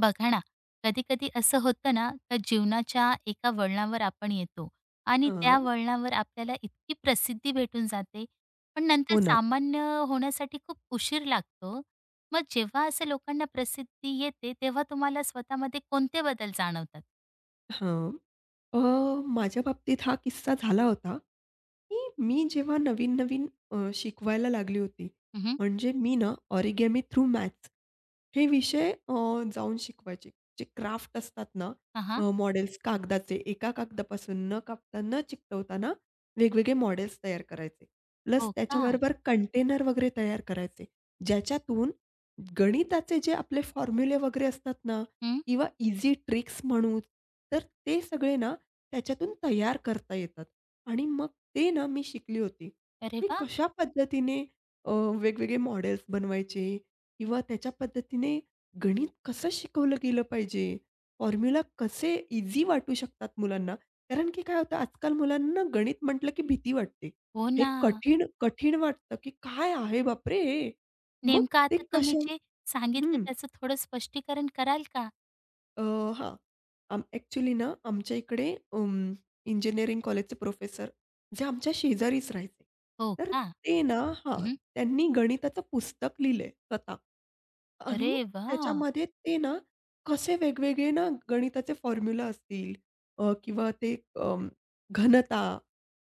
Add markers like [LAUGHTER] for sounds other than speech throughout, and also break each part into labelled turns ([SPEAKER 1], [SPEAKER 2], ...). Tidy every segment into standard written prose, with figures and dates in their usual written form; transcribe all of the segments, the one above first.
[SPEAKER 1] बघा ना, कधी-कधी असं होतं ना, का जीवनाच्या एका वळणावर आपण येतो आणि त्या
[SPEAKER 2] हां.
[SPEAKER 1] वळणावर आपल्याला इतकी प्रसिद्धी भेटून जाते, पण नंतर
[SPEAKER 2] हो ना.
[SPEAKER 1] सामान्य होण्यासाठी खूप उशीर लागतो. मग जेव्हा असं लोकांना प्रसिद्धी येते, तेव्हा तुम्हाला स्वतःमध्ये कोणते बदल जाणवतात?
[SPEAKER 2] हां. अ, माझ्या बाबतीत हा किस्सा झाला होता. की मी जेव्हा नवीन-नवीन शिकवायला लागली होती,
[SPEAKER 1] हं, हं.
[SPEAKER 2] म्हणजे मी ना ऑरिगॅमी थ्रू मॅथ्स हे विषय जाऊन शिकवायचे. जे क्राफ्ट असतात ना मॉडेल्स कागदाचे, एका कागदापासून न कापता, न चिकटवता वेगवेगळे मॉडेल्स तयार करायचे. प्लस
[SPEAKER 1] हो का?
[SPEAKER 2] त्याच्याबरोबर कंटेनर वगैरे तयार करायचे. ज्याच्यातून गणिताचे जे आपले फॉर्म्युले वगैरे असतात ना
[SPEAKER 1] हं.
[SPEAKER 2] किंवा ईझी ट्रिक्स म्हणू, तर ते सगळे ना त्याच्यातून तयार करता येतात. आणि मग ते ना मी शिकली होती.
[SPEAKER 1] अरे
[SPEAKER 2] मी
[SPEAKER 1] वाह!
[SPEAKER 2] कशा पद्धतीने अ, वेगवेगळे मॉडेल्स बनवायचे किंवा त्याच्या पद्धतीने गणित कसं शिकवलं गेलं पाहिजे. फॉर्म्युला कसे ईझी वाटू शकतात मुलांना. कारण की काय होतं आजकाल मुलांना गणित म्हटलं की भीती वाटते.
[SPEAKER 1] हो
[SPEAKER 2] हे
[SPEAKER 1] ना.
[SPEAKER 2] कठीण, कठीण वाटतं की काय आहे बापरे हे! मग
[SPEAKER 1] नेमकं
[SPEAKER 2] ते
[SPEAKER 1] आता तुम्ही
[SPEAKER 2] कशा
[SPEAKER 1] जे सांगितलं
[SPEAKER 2] हं.
[SPEAKER 1] त्याचं थोडं स्पष्टीकरण कराल का?
[SPEAKER 2] अ, हां. ॲक्चुअली ना, आमच्या इकडे इंजिनिअरिंग कॉलेजचे प्रोफेसर जे आमच्या शेजारीच राहायचे.
[SPEAKER 1] हो
[SPEAKER 2] तर
[SPEAKER 1] का?
[SPEAKER 2] ते ना हां,
[SPEAKER 1] हं,
[SPEAKER 2] त्यांनी गणिताचं पुस्तक लिहिलंय स्वतः आणि
[SPEAKER 1] अरे वाह!
[SPEAKER 2] त्याच्यामध्ये ते ना कसे वेगवेगळे ना गणिताचे फॉर्म्युला असतील, किंवा ते अं, घनता,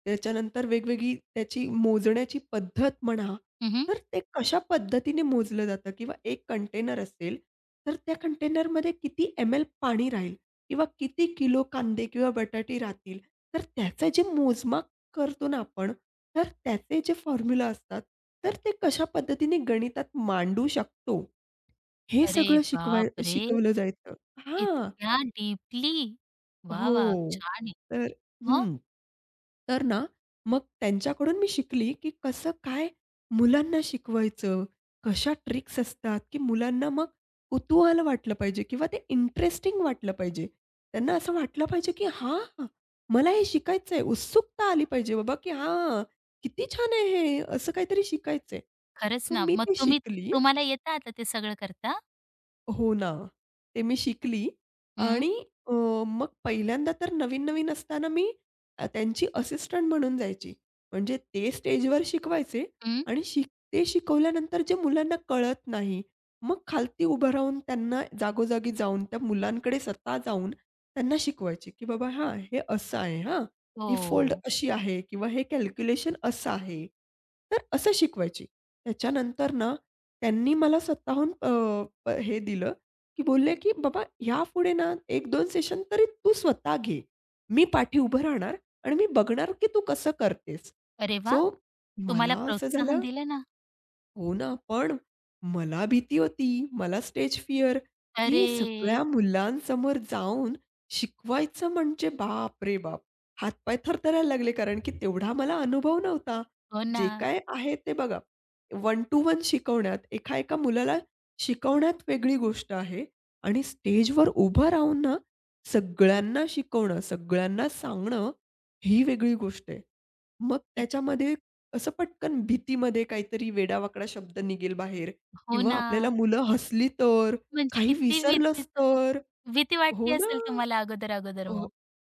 [SPEAKER 2] त्याच्यानंतर वेगवेगळी त्याची मोजण्याची पद्धत म्हणा,
[SPEAKER 1] हं, हं.
[SPEAKER 2] तर ते कशा पद्धतीने मोजलं जातं किंवा एक कंटेनर असेल, तर त्या कंटेनरमध्ये किती एम एल पाणी राहील किंवा किती किलो कांदे किंवा बटाटे राहतील. तर त्याचं जे मोजमाप करतो ना आपण, तर त्याचे जे फॉर्म्युला असतात, तर ते कशा पद्धतीने गणितात मांडू शकतो, हे
[SPEAKER 1] अरे
[SPEAKER 2] सगळं
[SPEAKER 1] बापरे!
[SPEAKER 2] शिकवलं जायचं. हां.
[SPEAKER 1] इतक्या डीपली. वाह! वाह!
[SPEAKER 2] हो.
[SPEAKER 1] छान आहे.
[SPEAKER 2] तर
[SPEAKER 1] मग?
[SPEAKER 2] हं. तर ना, मग त्यांच्याकडून मी शिकली, की कसं काय मुलांना शिकवायचं, कशा ट्रिक्स असतात, की मुलांना मग कुतूहल वाटलं पाहिजे किंवा ते इंटरेस्टिंग वाटलं पाहिजे. त्यांना असं वाटलं पाहिजे, की "हां, हां, मला हे शिकायचं आहे." उत्सुकता आली पाहिजे बाबा, की "हां, किती छान आहे हे, असं काहीतरी शिकायचंय."
[SPEAKER 1] खरंच
[SPEAKER 2] सो
[SPEAKER 1] ना.
[SPEAKER 2] मी
[SPEAKER 1] मग
[SPEAKER 2] ते
[SPEAKER 1] तुम्ही
[SPEAKER 2] शिकली.
[SPEAKER 1] तुम्हाला येतं आता ते सगळं करता?
[SPEAKER 2] हो ना. ते मी शिकली
[SPEAKER 1] हं,
[SPEAKER 2] आणि अ, मग पहिल्यांदा तर नवीन-नवीन असताना मी त्यांची असिस्टंट म्हणून जायची. म्हणजे ते स्टेजवर शिकवायचे
[SPEAKER 1] हं.
[SPEAKER 2] आणि ते शिकवल्यानंतर जे मुलांना कळत नाही, मग खालती उभं राहून त्यांना जागोजागी जाऊन त्या मुलांकडे स्वतः जाऊन त्यांना शिकवायची, की "बाबा हां, हे असं आहे हां, ही फोल्ड
[SPEAKER 1] हो.
[SPEAKER 2] अशी आहे किंवा हे कॅल्क्युलेशन असं आहे." तर असं शिकवायची. त्याच्यानंतर ना त्यांनी मला स्वतःहून हे दिलं, की बोलले, की "बाबा यापुढे ना एक दोन सेशन तरी तू स्वतः घे. मी पाठी उभं राहणार आणि मी बघणार, की तू कसं करतेस."
[SPEAKER 1] अरे वाह!
[SPEAKER 2] सो
[SPEAKER 1] तुम्हाला
[SPEAKER 2] मला असं
[SPEAKER 1] प्रोत्साहन
[SPEAKER 2] झालं,
[SPEAKER 1] दिलं ना.
[SPEAKER 2] हो ना, पण मला भीती होती. मला स्टेज फिअर, की
[SPEAKER 1] अरे!
[SPEAKER 2] सगळ्या मुलांसमोर जाऊन शिकवायचं म्हणजे बाप रे बाप! हातपाय थरथरायला लागले, कारण की तेवढा मला अनुभव नव्हता.
[SPEAKER 1] हो ना.
[SPEAKER 2] जे काय आहे ते बघा, वन टू वन शिकवण्यात, एका-एका मुलाला शिकवण्यात वेगळी गोष्ट आहे आणि स्टेजवर उभं राहून ना, सगळ्यांना शिकवणं, सगळ्यांना सांगणं, ही वेगळी गोष्ट आहे. मग
[SPEAKER 1] कित
[SPEAKER 2] त्याच्यामध्ये असं पटकन भीतीमध्ये काहीतरी वेडावाकडा शब्द निघेल बाहेर
[SPEAKER 1] हो
[SPEAKER 2] किंवा
[SPEAKER 1] ना.
[SPEAKER 2] आपल्याला मुलं हसली तर,
[SPEAKER 1] म्हणजे
[SPEAKER 2] काही
[SPEAKER 1] किती
[SPEAKER 2] विसरलंच
[SPEAKER 1] भीतीचं
[SPEAKER 2] तर.
[SPEAKER 1] भीती
[SPEAKER 2] हो
[SPEAKER 1] वाटली
[SPEAKER 2] ना.
[SPEAKER 1] असेल तुम्हाला अगोदर, अगोदर
[SPEAKER 2] हो,
[SPEAKER 1] मग?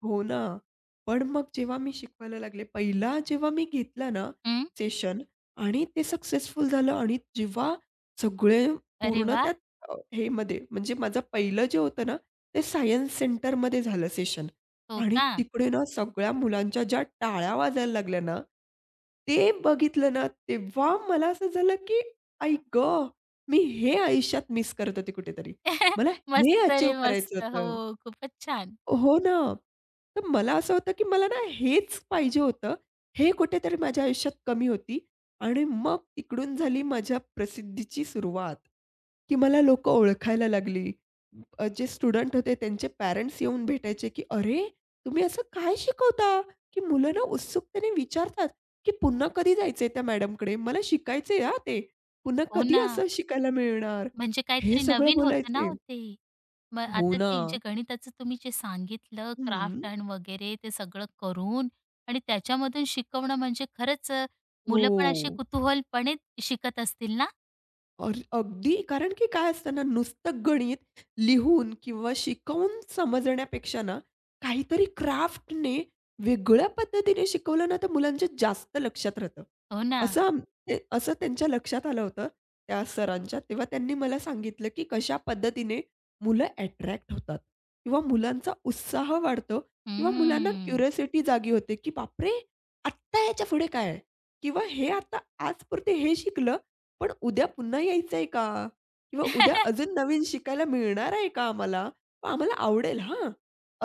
[SPEAKER 2] हो ना. पण मग जेव्हा मी शिकवायला लागले, पहिला जेव्हा मी घेतला ना
[SPEAKER 1] हं.
[SPEAKER 2] सेशन आणि ते सक्सेसफुल झालं आणि जेव्हा सगळे
[SPEAKER 1] अरे
[SPEAKER 2] पूर्ण
[SPEAKER 1] वाह!
[SPEAKER 2] त्यात हे मध्ये म्हणजे माझं पहिलं जे होतं ना, ते सायन्स सेंटरमध्ये झालं सेशन
[SPEAKER 1] हो
[SPEAKER 2] आणि
[SPEAKER 1] का?
[SPEAKER 2] तिकडे ना सगळ्या मुलांच्या ज्या टाळ्या वाजायला लागल्या ना, ते बघितलं ना, तेव्हा मला असं झालं की आई गं! मी हे आयुष्यात मिस करत होते कुठेतरी.
[SPEAKER 1] [LAUGHS]
[SPEAKER 2] मला हे
[SPEAKER 1] मस्त
[SPEAKER 2] अचीव्ह
[SPEAKER 1] रे मस्त.
[SPEAKER 2] करायचं
[SPEAKER 1] हो,
[SPEAKER 2] होतं.
[SPEAKER 1] खूपच छान.
[SPEAKER 2] हो ना. तर मला असं होतं, की मला ना हेच पाहिजे होतं. हे कुठेतरी माझ्या आयुष्यात कमी होती आणि मग तिकडून झाली माझ्या प्रसिद्धीची सुरुवात, की मला लोकं ओळखायला लागली. जे स्टुडंट होते त्यांचे पॅरेंट्स येऊन भेटायचे, की "अरे, तुम्ही असं काय शिकवता?" की मुलं ना उत्सुकतेने विचारतात, की "पुन्हा कधी जायचंय त्या मॅडमकडे? मला शिकायचंय हां ते. पुन्हा
[SPEAKER 1] हो
[SPEAKER 2] कधी
[SPEAKER 1] ना.
[SPEAKER 2] असं शिकायला मिळणार?"
[SPEAKER 1] म्हणजे
[SPEAKER 2] हे
[SPEAKER 1] काहीतरी
[SPEAKER 2] सगळं
[SPEAKER 1] नवीन होतं ना
[SPEAKER 2] बोलायचे.
[SPEAKER 1] ओ ते. मग
[SPEAKER 2] हो
[SPEAKER 1] आता
[SPEAKER 2] ना.
[SPEAKER 1] ते जे गणिताचं तुम्ही जे सांगितलं
[SPEAKER 2] हं.
[SPEAKER 1] क्राफ्ट आणि वगैरे ते सगळं करून आणि त्याच्यामधून शिकवणं म्हणजे खरंच
[SPEAKER 2] हो.
[SPEAKER 1] मुलं पण अशी कुतूहलपणे शिकत असतील ना?
[SPEAKER 2] अगदी, कारण की काय असतं ना, नुसतं गणित लिहून किंवा शिकवून समजण्यापेक्षा ना, काहीतरी क्राफ्टने वेगळ्या पद्धतीने शिकवलं ना, तर मुलांच्या जास्त लक्षात राहतं.
[SPEAKER 1] हो ना.
[SPEAKER 2] असं आम ते असं त्यांच्या लक्षात आलं होतं त्या सरांच्या. तेव्हा त्यांनी मला सांगितलं, की कशा पद्धतीने मुलं अट्रॅक्ट होतात किंवा मुलांचा उत्साह वाढतो किंवा मुलांना
[SPEAKER 1] हं.
[SPEAKER 2] क्युरिओसिटी जागी होते, की "बापरे! आत्ता ह्याच्यापुढे काय आहे?" किंवा "हे आता आजपुरते हे शिकलं, पण उद्या पुन्हा यायचंय का? किंवा उद्या अजून नवीन शिकायला मिळणार आहे का आम्हाला? मग आम्हाला आवडेल हां,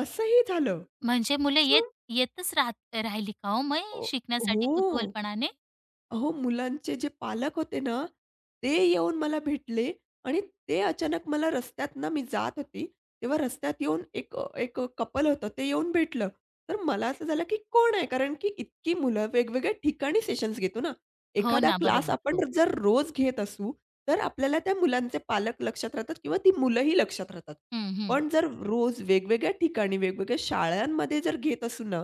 [SPEAKER 2] असंही झालं.
[SPEAKER 1] म्हणजे मुलं
[SPEAKER 2] सो
[SPEAKER 1] येत येतच राहत राहिली का हो मग हे
[SPEAKER 2] अ हो.
[SPEAKER 1] शिकण्यासाठी कुतूहलपणाने?
[SPEAKER 2] अहो, मुलांचे जे पालक होते ना, ते येऊन मला भेटले आणि ते अचानक मला रस्त्यात ना मी जात होती, तेव्हा रस्त्यात येऊन एक एक कपल होतं ते येऊन भेटलं. तर मला असं झालं की कोण आहे? कारण की इतकी मुलं वेगवेगळ्या ठिकाणी सेशन्स घेतो ना.
[SPEAKER 1] हो
[SPEAKER 2] एखादा
[SPEAKER 1] ना,
[SPEAKER 2] क्लास
[SPEAKER 1] बरोबर. हो.
[SPEAKER 2] आपण जर रोज घेत असू, तर आपल्याला त्या मुलांचे पालक लक्षात राहतात किंवा ती मुलंही लक्षात राहतात.
[SPEAKER 1] हं, हं.
[SPEAKER 2] पण जर रोज वेगवेगळ्या ठिकाणी, वेगवेगळ्या शाळांमध्ये जर घेत असू ना,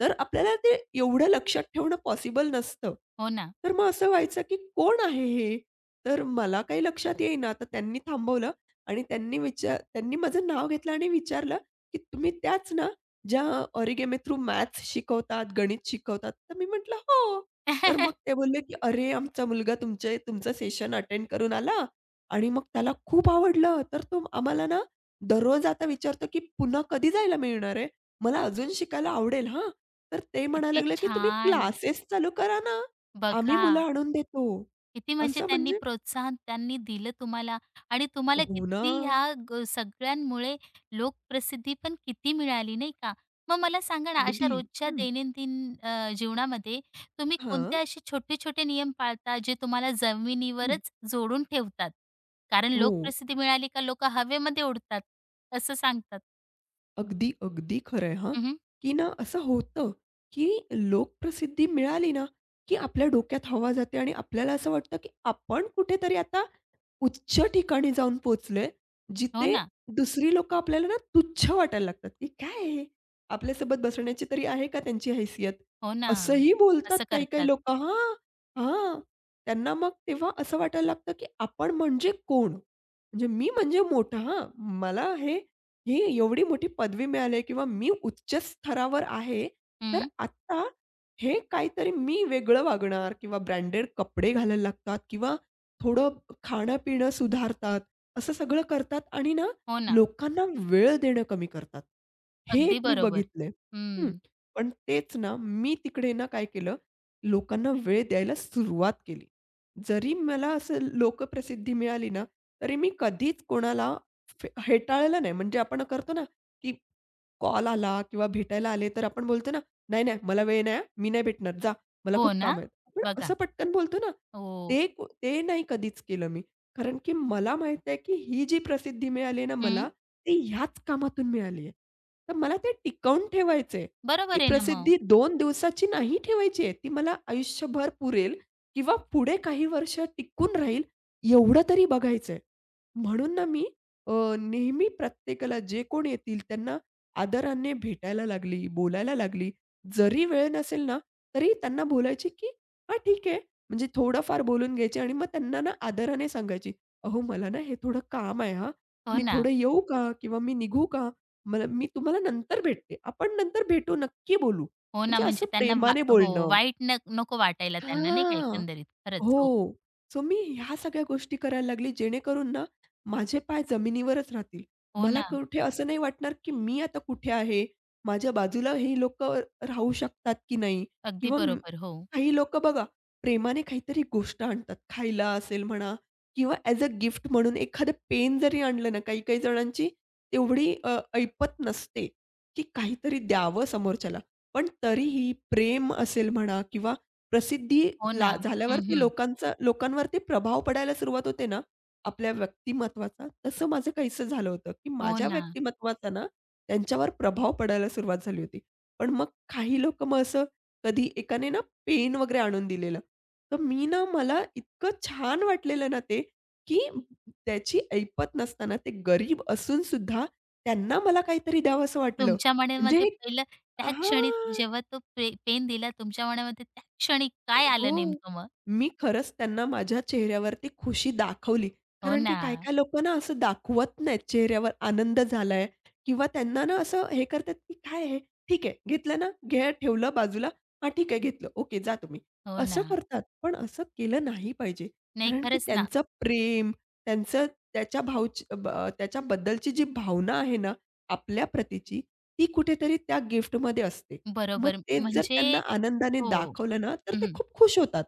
[SPEAKER 2] तर आपल्याला ते एवढं लक्षात ठेवणं पॉसिबल नसतं.
[SPEAKER 1] हो ना.
[SPEAKER 2] तर मग असं व्हायचं, की कोण आहे हे? तर मला काही लक्षात येईना. तर त्यांनी थांबवलं आणि त्यांनी माझं नाव घेतलं आणि विचारलं, की "तुम्ही त्याच ना, ज्या ऑरिगेमी थ्रू मॅथ्स शिकवतात, गणित शिकवतात?" तर मी म्हटलं, "हो." तर मग ते
[SPEAKER 1] [LAUGHS]
[SPEAKER 2] बोलले, की "अरे, आमचा मुलगा तुमचं सेशन अटेंड करून आला आणि मग त्याला खूप आवडलं. तर तो आम्हाला ना, दररोज आता विचारतो, की पुन्हा कधी जायला मिळणार आहे? मला अजून शिकायला आवडेल हां." तर ते म्हणायला
[SPEAKER 1] किती
[SPEAKER 2] लागले, की "तुम्ही
[SPEAKER 1] छान.
[SPEAKER 2] क्लासेस चालू करा ना. आम्ही
[SPEAKER 1] बघा.
[SPEAKER 2] मुलं आणून देतो."
[SPEAKER 1] किती म्हणजे
[SPEAKER 2] असं
[SPEAKER 1] त्यांनी
[SPEAKER 2] म्हणजे
[SPEAKER 1] प्रोत्साहन त्यांनी दिलं तुम्हाला आणि तुम्हाला
[SPEAKER 2] हो ना.
[SPEAKER 1] किती ह्या सगळ्यांमुळे लोकप्रसिद्धी पण किती मिळाली नाही का? मग मला सांगा ना अशा
[SPEAKER 2] अगदी.
[SPEAKER 1] रोजच्या
[SPEAKER 2] हं.
[SPEAKER 1] दैनंदिन जीवनामध्ये तुम्ही
[SPEAKER 2] हां.
[SPEAKER 1] कोणते असे छोटे छोटे नियम पाळता जे तुम्हाला
[SPEAKER 2] हं.
[SPEAKER 1] जमिनीवरच जोडून ठेवतात, कारण
[SPEAKER 2] हो.
[SPEAKER 1] लोकप्रसिद्धी मिळाली का लोक हवेमध्ये उडतात असं सांगतात.
[SPEAKER 2] अगदी, अगदी खरं आहे हां.
[SPEAKER 1] उहुं.
[SPEAKER 2] की ना असं होतं, की लोकप्रसिद्धी मिळाली ना, की आपल्या डोक्यात हवा जाते आणि आपल्याला असं वाटतं, की आपण कुठेतरी आता उच्च ठिकाणी जाऊन पोहोचलोय,
[SPEAKER 1] हो
[SPEAKER 2] जिथे
[SPEAKER 1] ना.
[SPEAKER 2] दुसरी लोकं आपल्याला ना तुच्छ वाटायला लागतात, की "काय आहे हे? आपल्यासोबत बसण्याची तरी आहे का त्यांची हैसियत?"
[SPEAKER 1] हो ना.
[SPEAKER 2] असंही बोलतात
[SPEAKER 1] असं
[SPEAKER 2] काही-काही
[SPEAKER 1] करतात.
[SPEAKER 2] लोकं हां, हां. त्यांना मग तेव्हा असं वाटायला लागतं, की आपण म्हणजे कोण? म्हणजे मी म्हणजे मोठा हां, मला हे ही एवढी मोठी पदवी मिळाली आहे किंवा मी उच्च स्तरावर आहे, तर
[SPEAKER 1] हं,
[SPEAKER 2] आता हे काहीतरी मी वेगळं वागणार किंवा ब्रँडेड कपडे घालायला लागतात किंवा थोडं खाणं-पिणं सुधारतात, असं सगळं करतात आणि ना
[SPEAKER 1] हो ना.
[SPEAKER 2] लोकांना वेळ देणं कमी करतात. हे
[SPEAKER 1] अगदी
[SPEAKER 2] एक मी
[SPEAKER 1] बरोबर.
[SPEAKER 2] बघितलंय. हं.
[SPEAKER 1] हं,
[SPEAKER 2] पण तेच ना, मी तिकडे ना काय केलं, लोकांना वेळ द्यायला सुरुवात केली. जरी मला असं लोकप्रसिद्धी मिळाली ना, तरी मी कधीच कोणाला हेटाळलं नाही. म्हणजे आपण करतो ना, की कॉल आला किंवा भेटायला आले, तर आपण बोलतो ना, "नाही, नाही, मला वेळ नाही, मी नाही भेटणार, जा, मला
[SPEAKER 1] हो
[SPEAKER 2] खूप
[SPEAKER 1] ना.
[SPEAKER 2] काम आहेत." आपण
[SPEAKER 1] बघा.
[SPEAKER 2] असं पटकन बोलतो ना,
[SPEAKER 1] हो.
[SPEAKER 2] ते नाही कधीच केलं मी. कारण की मला माहीत आहे, की ही जी प्रसिद्धी मिळाली आहे ना
[SPEAKER 1] हं,
[SPEAKER 2] मला, ती ह्याच कामातून मिळाली आहे. तर मला ते टिकवून ठेवायचं, ती
[SPEAKER 1] बरोबर आहे ना मग.
[SPEAKER 2] प्रसिद्धी 2 दिवसाची नाही ठेवायची आहे. ती मला आयुष्यभर पुरेल किंवा पुढे काही वर्ष टिकून राहील, एवढं तरी बघायचं म्हणून ना मी अ, नेहमी प्रत्येकाला जे कोण येतील त्यांना आदराने भेटायला लागली, बोलायला लागली. जरी वेळ नसेल ना, तरी त्यांना बोलायची की "हां, ठीक आहे." म्हणजे थोडंफार बोलून घ्यायचे आणि मग त्यांना ना आदराने सांगायची, "अहो, मला ना हे थोडं काम आहे हां,
[SPEAKER 1] हो
[SPEAKER 2] मी
[SPEAKER 1] ना,
[SPEAKER 2] थोडं येऊ का? किंवा मी निघू का? मी तुम्हाला नंतर भेटते. आपण नंतर भेटू, नक्की बोलू."
[SPEAKER 1] हो ना,
[SPEAKER 2] म्हणजे असं
[SPEAKER 1] म्हणजे त्यांना वा
[SPEAKER 2] प्रेमाने
[SPEAKER 1] हो,
[SPEAKER 2] बोलणं.
[SPEAKER 1] वाईट नको वाटायला त्यांना नाही का
[SPEAKER 2] हां.
[SPEAKER 1] एकंदरीत. खरंच
[SPEAKER 2] हो.
[SPEAKER 1] हो,
[SPEAKER 2] सो मी ह्या सगळ्या गोष्टी करायला लागली, जेणेकरून ना माझे पाय जमिनीवरच राहतील.
[SPEAKER 1] हो
[SPEAKER 2] मला
[SPEAKER 1] ना,
[SPEAKER 2] कुठे असं नाही वाटणार, की मी आता कुठे आहे? माझ्या बाजूला हे लोकं राहू शकतात की नाही?
[SPEAKER 1] अगदी
[SPEAKER 2] किंवा म
[SPEAKER 1] बरोबर. हो,
[SPEAKER 2] काही लोकं बघा, प्रेमाने काहीतरी गोष्ट आणतात. खायला असेल म्हणा किंवा ॲज अ गिफ्ट म्हणून एखादं पेन जरी आणलं ना, काही-काही जणांची तेवढी ऐपत नसते, की काहीतरी द्यावं समोरच्याला. पण तरीही प्रेम असेल म्हणा किंवा प्रसिद्धी
[SPEAKER 1] हो ना.
[SPEAKER 2] ला
[SPEAKER 1] हं,
[SPEAKER 2] झाल्यावरती
[SPEAKER 1] हं.
[SPEAKER 2] लोकांवरती प्रभाव पडायला सुरुवात होते ना, आपल्या व्यक्तिमत्त्वाचा, तसं माझं काहीसं झालं होतं, की
[SPEAKER 1] हो
[SPEAKER 2] माझ्या
[SPEAKER 1] ना.
[SPEAKER 2] व्यक्तिमत्त्वाचा ना, त्यांच्यावर प्रभाव पडायला सुरुवात झाली होती. पण मग काही लोकं मग असं कधी एकाने ना पेन वगैरे आणून दिलेलं. तर मी ना मला इतकं छान वाटलेलं ना ते, की त्याची ऐपत नसताना ते गरीब असूनसुद्धा त्यांना मला काहीतरी द्यावंसं वाटलं.
[SPEAKER 1] तुमच्या
[SPEAKER 2] म्हणजे
[SPEAKER 1] मनामध्ये पहिलं त्या क्षणी
[SPEAKER 2] हां.
[SPEAKER 1] जेव्हा तो पेन दिला, तुमच्या मनामध्ये त्या क्षणी काय आलं
[SPEAKER 2] हो.
[SPEAKER 1] नेमकं मग?
[SPEAKER 2] मी खरंच त्यांना माझ्या चेहऱ्यावरती खुशी दाखवली.
[SPEAKER 1] हो
[SPEAKER 2] कारण की
[SPEAKER 1] ना,
[SPEAKER 2] काही-काही लोकं ना असं दाखवत नाहीत चेहऱ्यावर आनंद झालाय किंवा त्यांना ना असं हे करतात, की काय आहे? ठीक आहे. घेतलं ना, घ्या ठेवलं बाजूला. हां, ठीक आहे घेतलं. ओके जा तुम्ही.
[SPEAKER 1] हो ना.
[SPEAKER 2] असं करतात. पण असं केलं नाही पाहिजे.
[SPEAKER 1] नाही
[SPEAKER 2] कारण की
[SPEAKER 1] खरंच ना.
[SPEAKER 2] त्यांचं प्रेम, त्यांचं त्याच्या भावच त्याच्याबद्दलची जी भावना आहे ना आपल्या प्रतीची, ती कुठेतरी त्या गिफ्टमध्ये असते. मग
[SPEAKER 1] बरोबर
[SPEAKER 2] तेच जर
[SPEAKER 1] म्हणजे
[SPEAKER 2] त्यांना आनंदाने
[SPEAKER 1] हो.
[SPEAKER 2] दाखवलं ना, तर ते
[SPEAKER 1] हं,
[SPEAKER 2] खूप खुश होतात.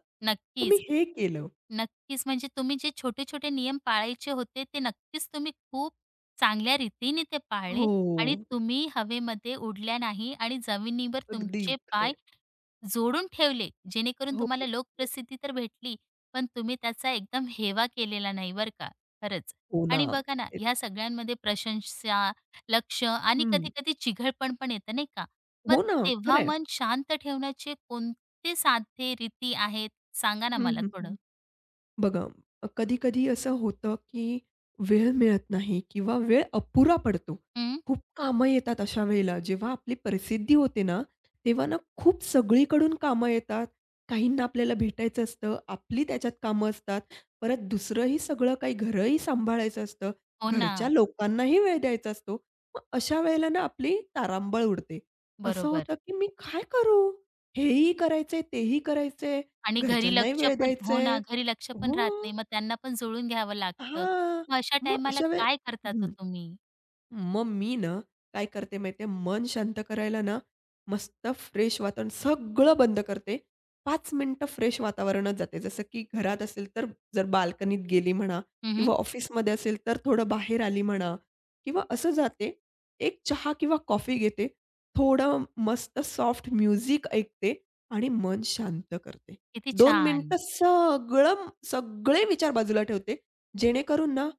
[SPEAKER 2] मग मी
[SPEAKER 1] नक्कीच.
[SPEAKER 2] हे केलं.
[SPEAKER 1] नक्कीच. म्हणजे तुम्ही जे छोटे-छोटे नियम पाळायचे होते, ते नक्कीच तुम्ही खूप चांगल्या रीतीने ते पाळले
[SPEAKER 2] हो,
[SPEAKER 1] आणि तुम्ही हवेमध्ये उडल्या नाही आणि जमिनीवर
[SPEAKER 2] अगदी
[SPEAKER 1] तुमचे पाय
[SPEAKER 2] खरंय.
[SPEAKER 1] जोडून ठेवले, जेणेकरून
[SPEAKER 2] हो.
[SPEAKER 1] तुम्हाला लोकप्रसिद्धी तर भेटली, पण तुम्ही त्याचा एकदम हेवा केलेला नाही बरं का, खरंच.
[SPEAKER 2] हो ना.
[SPEAKER 1] आणि बघा ना,
[SPEAKER 2] तेच.
[SPEAKER 1] ह्या सगळ्यांमध्ये प्रशंसा, लक्ष आणि
[SPEAKER 2] हं.
[SPEAKER 1] कधी-कधी चिघळपण पण येतं नाही का? मग
[SPEAKER 2] हो ना,
[SPEAKER 1] तेव्हा
[SPEAKER 2] खरंय.
[SPEAKER 1] मन शांत ठेवण्याचे कोणते साधे रीती आहेत? सांगा ना
[SPEAKER 2] हं,
[SPEAKER 1] मला
[SPEAKER 2] हं,
[SPEAKER 1] थोडं?
[SPEAKER 2] हं. बघा, कधी-कधी असं होतं, की वेळ मिळत नाही किंवा वेळ अपुरा पडतो.
[SPEAKER 1] हं.
[SPEAKER 2] खूप कामं येतात अशा वेळेला. जेव्हा आपली प्रसिद्धी होते ना, तेव्हा ना खूप सगळीकडून कामं येतात. काहींना आपल्याला भेटायचं असतं, आपली त्याच्यात कामं असतात. परत दुसरंही सगळं काही घरही सांभाळायचं असतं.
[SPEAKER 1] हो ना,
[SPEAKER 2] घरच्या लोकांनाही वेळ द्यायचा असतो. मग अशा वेळेला ना आपली तारांबळ उडते. असं
[SPEAKER 1] बरोबर.
[SPEAKER 2] होतं, की मी काय करू? हेही करायचंय, तेही करायचंय,
[SPEAKER 1] आणि घरी
[SPEAKER 2] घरच्यांनाही
[SPEAKER 1] लक्ष
[SPEAKER 2] वेळ
[SPEAKER 1] पण, हो
[SPEAKER 2] द्यायचंय.
[SPEAKER 1] ना, घरी लक्ष पण राहत
[SPEAKER 2] हो.
[SPEAKER 1] नाही. मग त्यांना पण जुळवून घ्यावं लागतं.
[SPEAKER 2] हां.
[SPEAKER 1] मग अशा
[SPEAKER 2] मग
[SPEAKER 1] टायमाला
[SPEAKER 2] अशा वेळे
[SPEAKER 1] काय करतात हो
[SPEAKER 2] हं.
[SPEAKER 1] तुम्ही?
[SPEAKER 2] मग मी ना, काय करते माहिती मन शांत करायला ना, मस्त फ्रेश वातावरण सगळं बंद करते. 5 मिनिटं फ्रेश वातावरणात जाते. जसं की घरात असेल तर जर बाल्कनीत गेली म्हणा
[SPEAKER 1] हं,
[SPEAKER 2] किंवा ऑफिसमध्ये असेल तर थोडं बाहेर आली म्हणा किंवा असं जाते. एक चहा किंवा कॉफी घेते. थोडं मस्त सॉफ्ट म्युझिक ऐकते आणि मन शांत करते.
[SPEAKER 1] किती
[SPEAKER 2] 2
[SPEAKER 1] छान.
[SPEAKER 2] मिनिटं सगळं सगळे विचार बाजूला ठेवते. जेणेकरून ना,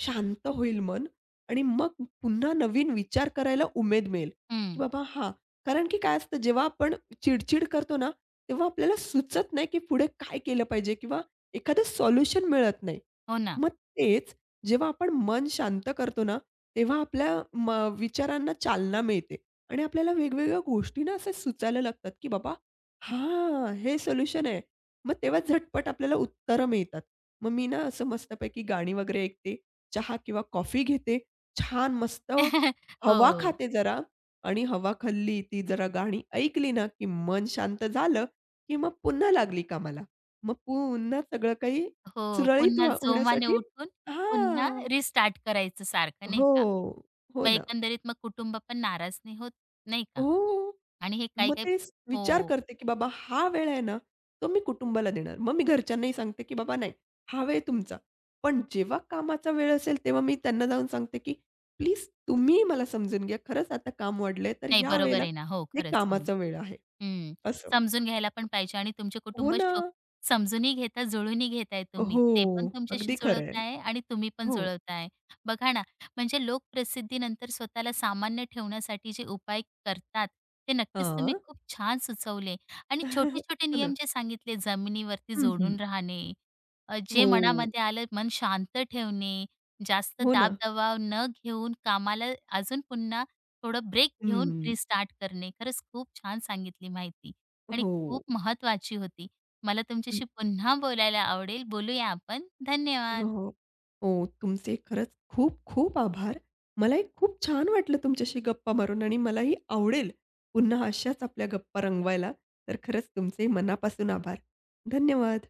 [SPEAKER 2] शांत होईल मन आणि मग पुन्हा नवीन विचार करायला उमेद मिळेल, की
[SPEAKER 1] हं,
[SPEAKER 2] बाबा हां, कारण की काय असतं जेव्हा आपण चिड-चिड करतो ना, तेव्हा आपल्याला सुचत नाही, की पुढे काय केलं पाहिजे किंवा एखादं सोल्युशन मिळत नाही.
[SPEAKER 1] हो ना.
[SPEAKER 2] मग तेच जेव्हा आपण मन शांत करतो ना, तेव्हा आपल्या म विचारांना चालना मिळते आणि आपल्याला वेगवेगळ्या गोष्टी ना सुचायला लागतात, की बाबा हां, हे सोल्युशन आहे. मग तेव्हा झटपट आपल्याला उत्तरं मिळतात. मग मी ना असं मस्तपैकी गाणी वगैरे ऐकते, चहा किंवा कॉफी घेते छान मस्त
[SPEAKER 1] [LAUGHS]
[SPEAKER 2] हवा
[SPEAKER 1] हो,
[SPEAKER 2] खाते जरा आणि हवा खाल्ली, ती जरा गाणी ऐकली ना, की मन शांत झालं, की मग पुन्हा लागली कामाला. मग पुन्हा सगळं काही
[SPEAKER 1] हो.
[SPEAKER 2] सुरळीत
[SPEAKER 1] पुन्हा जोमाने
[SPEAKER 2] होण्यासाठी
[SPEAKER 1] उठून पुन्हा
[SPEAKER 2] हां.
[SPEAKER 1] रिस्टार्ट करायचं सारखं नाही
[SPEAKER 2] हो.
[SPEAKER 1] का?
[SPEAKER 2] हो
[SPEAKER 1] मग
[SPEAKER 2] ना.
[SPEAKER 1] एकंदरीत मग कुटुंब पण नाराज नाही होत, नाही का?
[SPEAKER 2] हो.
[SPEAKER 1] आणि हे
[SPEAKER 2] मग
[SPEAKER 1] काही-काही
[SPEAKER 2] तेच विचार
[SPEAKER 1] हो.
[SPEAKER 2] करते, की बाबा हा वेळ आहे ना, तो मी कुटुंबाला देणार. मग मी घरच्यांनाही सांगते, की बाबा नाही, हा वेळ तुमचा. पण जेव्हा कामाचा वेळ असेल, तेव्हा मी त्यांना जाऊन सांगते, की प्लीज तुम्ही मला समजून घ्या. खरंच आता काम वाढलंय, तर
[SPEAKER 1] नाही
[SPEAKER 2] ह्या
[SPEAKER 1] बरोबर
[SPEAKER 2] वेळेला
[SPEAKER 1] आहे ना. हो,
[SPEAKER 2] हे
[SPEAKER 1] खरंच. हो.
[SPEAKER 2] कामाचा वेळ आहे.
[SPEAKER 1] हं.
[SPEAKER 2] असं.
[SPEAKER 1] समजून घ्यायला पण पाहिजे आणि तुमचे
[SPEAKER 2] हो
[SPEAKER 1] कुटुंब
[SPEAKER 2] ना.
[SPEAKER 1] शो समजूनही घेता, जुळूनही घेताय तुम्ही.
[SPEAKER 2] हो.
[SPEAKER 1] ते पण तुमच्याशी
[SPEAKER 2] अगदी खरं
[SPEAKER 1] जुळवताय आणि तुम्ही पण
[SPEAKER 2] हो.
[SPEAKER 1] जुळवताय. बघा ना, म्हणजे लोकप्रसिद्धीनंतर स्वतःला सामान्य ठेवण्यासाठी जे उपाय करतात, ते नक्कीच तुम्ही
[SPEAKER 2] हां.
[SPEAKER 1] खूप छान सुचवले आणि
[SPEAKER 2] [LAUGHS]
[SPEAKER 1] छोटे-छोटे
[SPEAKER 2] हो ना.
[SPEAKER 1] नियम जे सांगितले, जमिनीवरती
[SPEAKER 2] हं,
[SPEAKER 1] जोडून
[SPEAKER 2] हं.
[SPEAKER 1] राहणे, जे
[SPEAKER 2] हो.
[SPEAKER 1] मनामध्ये आलं मन शांत ठेवणे, जास्त
[SPEAKER 2] हो
[SPEAKER 1] दाब
[SPEAKER 2] ना.
[SPEAKER 1] न घेऊन कामाला अजून पुन्हा थोडं ब्रेक घेऊन
[SPEAKER 2] हं.
[SPEAKER 1] रिस्टार्ट करणे. खरंच खूप छान सांगितली माहिती आणि
[SPEAKER 2] हो.
[SPEAKER 1] खूप महत्त्वाची होती. मला तुमच्याशी पुन्हा बोलायला आवडेल. बोलूया आपण. धन्यवाद.
[SPEAKER 2] हो. हो, तुमचे खरंच खूप खूप आभार. मलाही खूप छान वाटलं तुमच्याशी गप्पा मारून आणि मलाही आवडेल पुन्हा अशाच आपल्या गप्पा रंगवायला. तर खरंच तुमचे मनापासून आभार. धन्यवाद.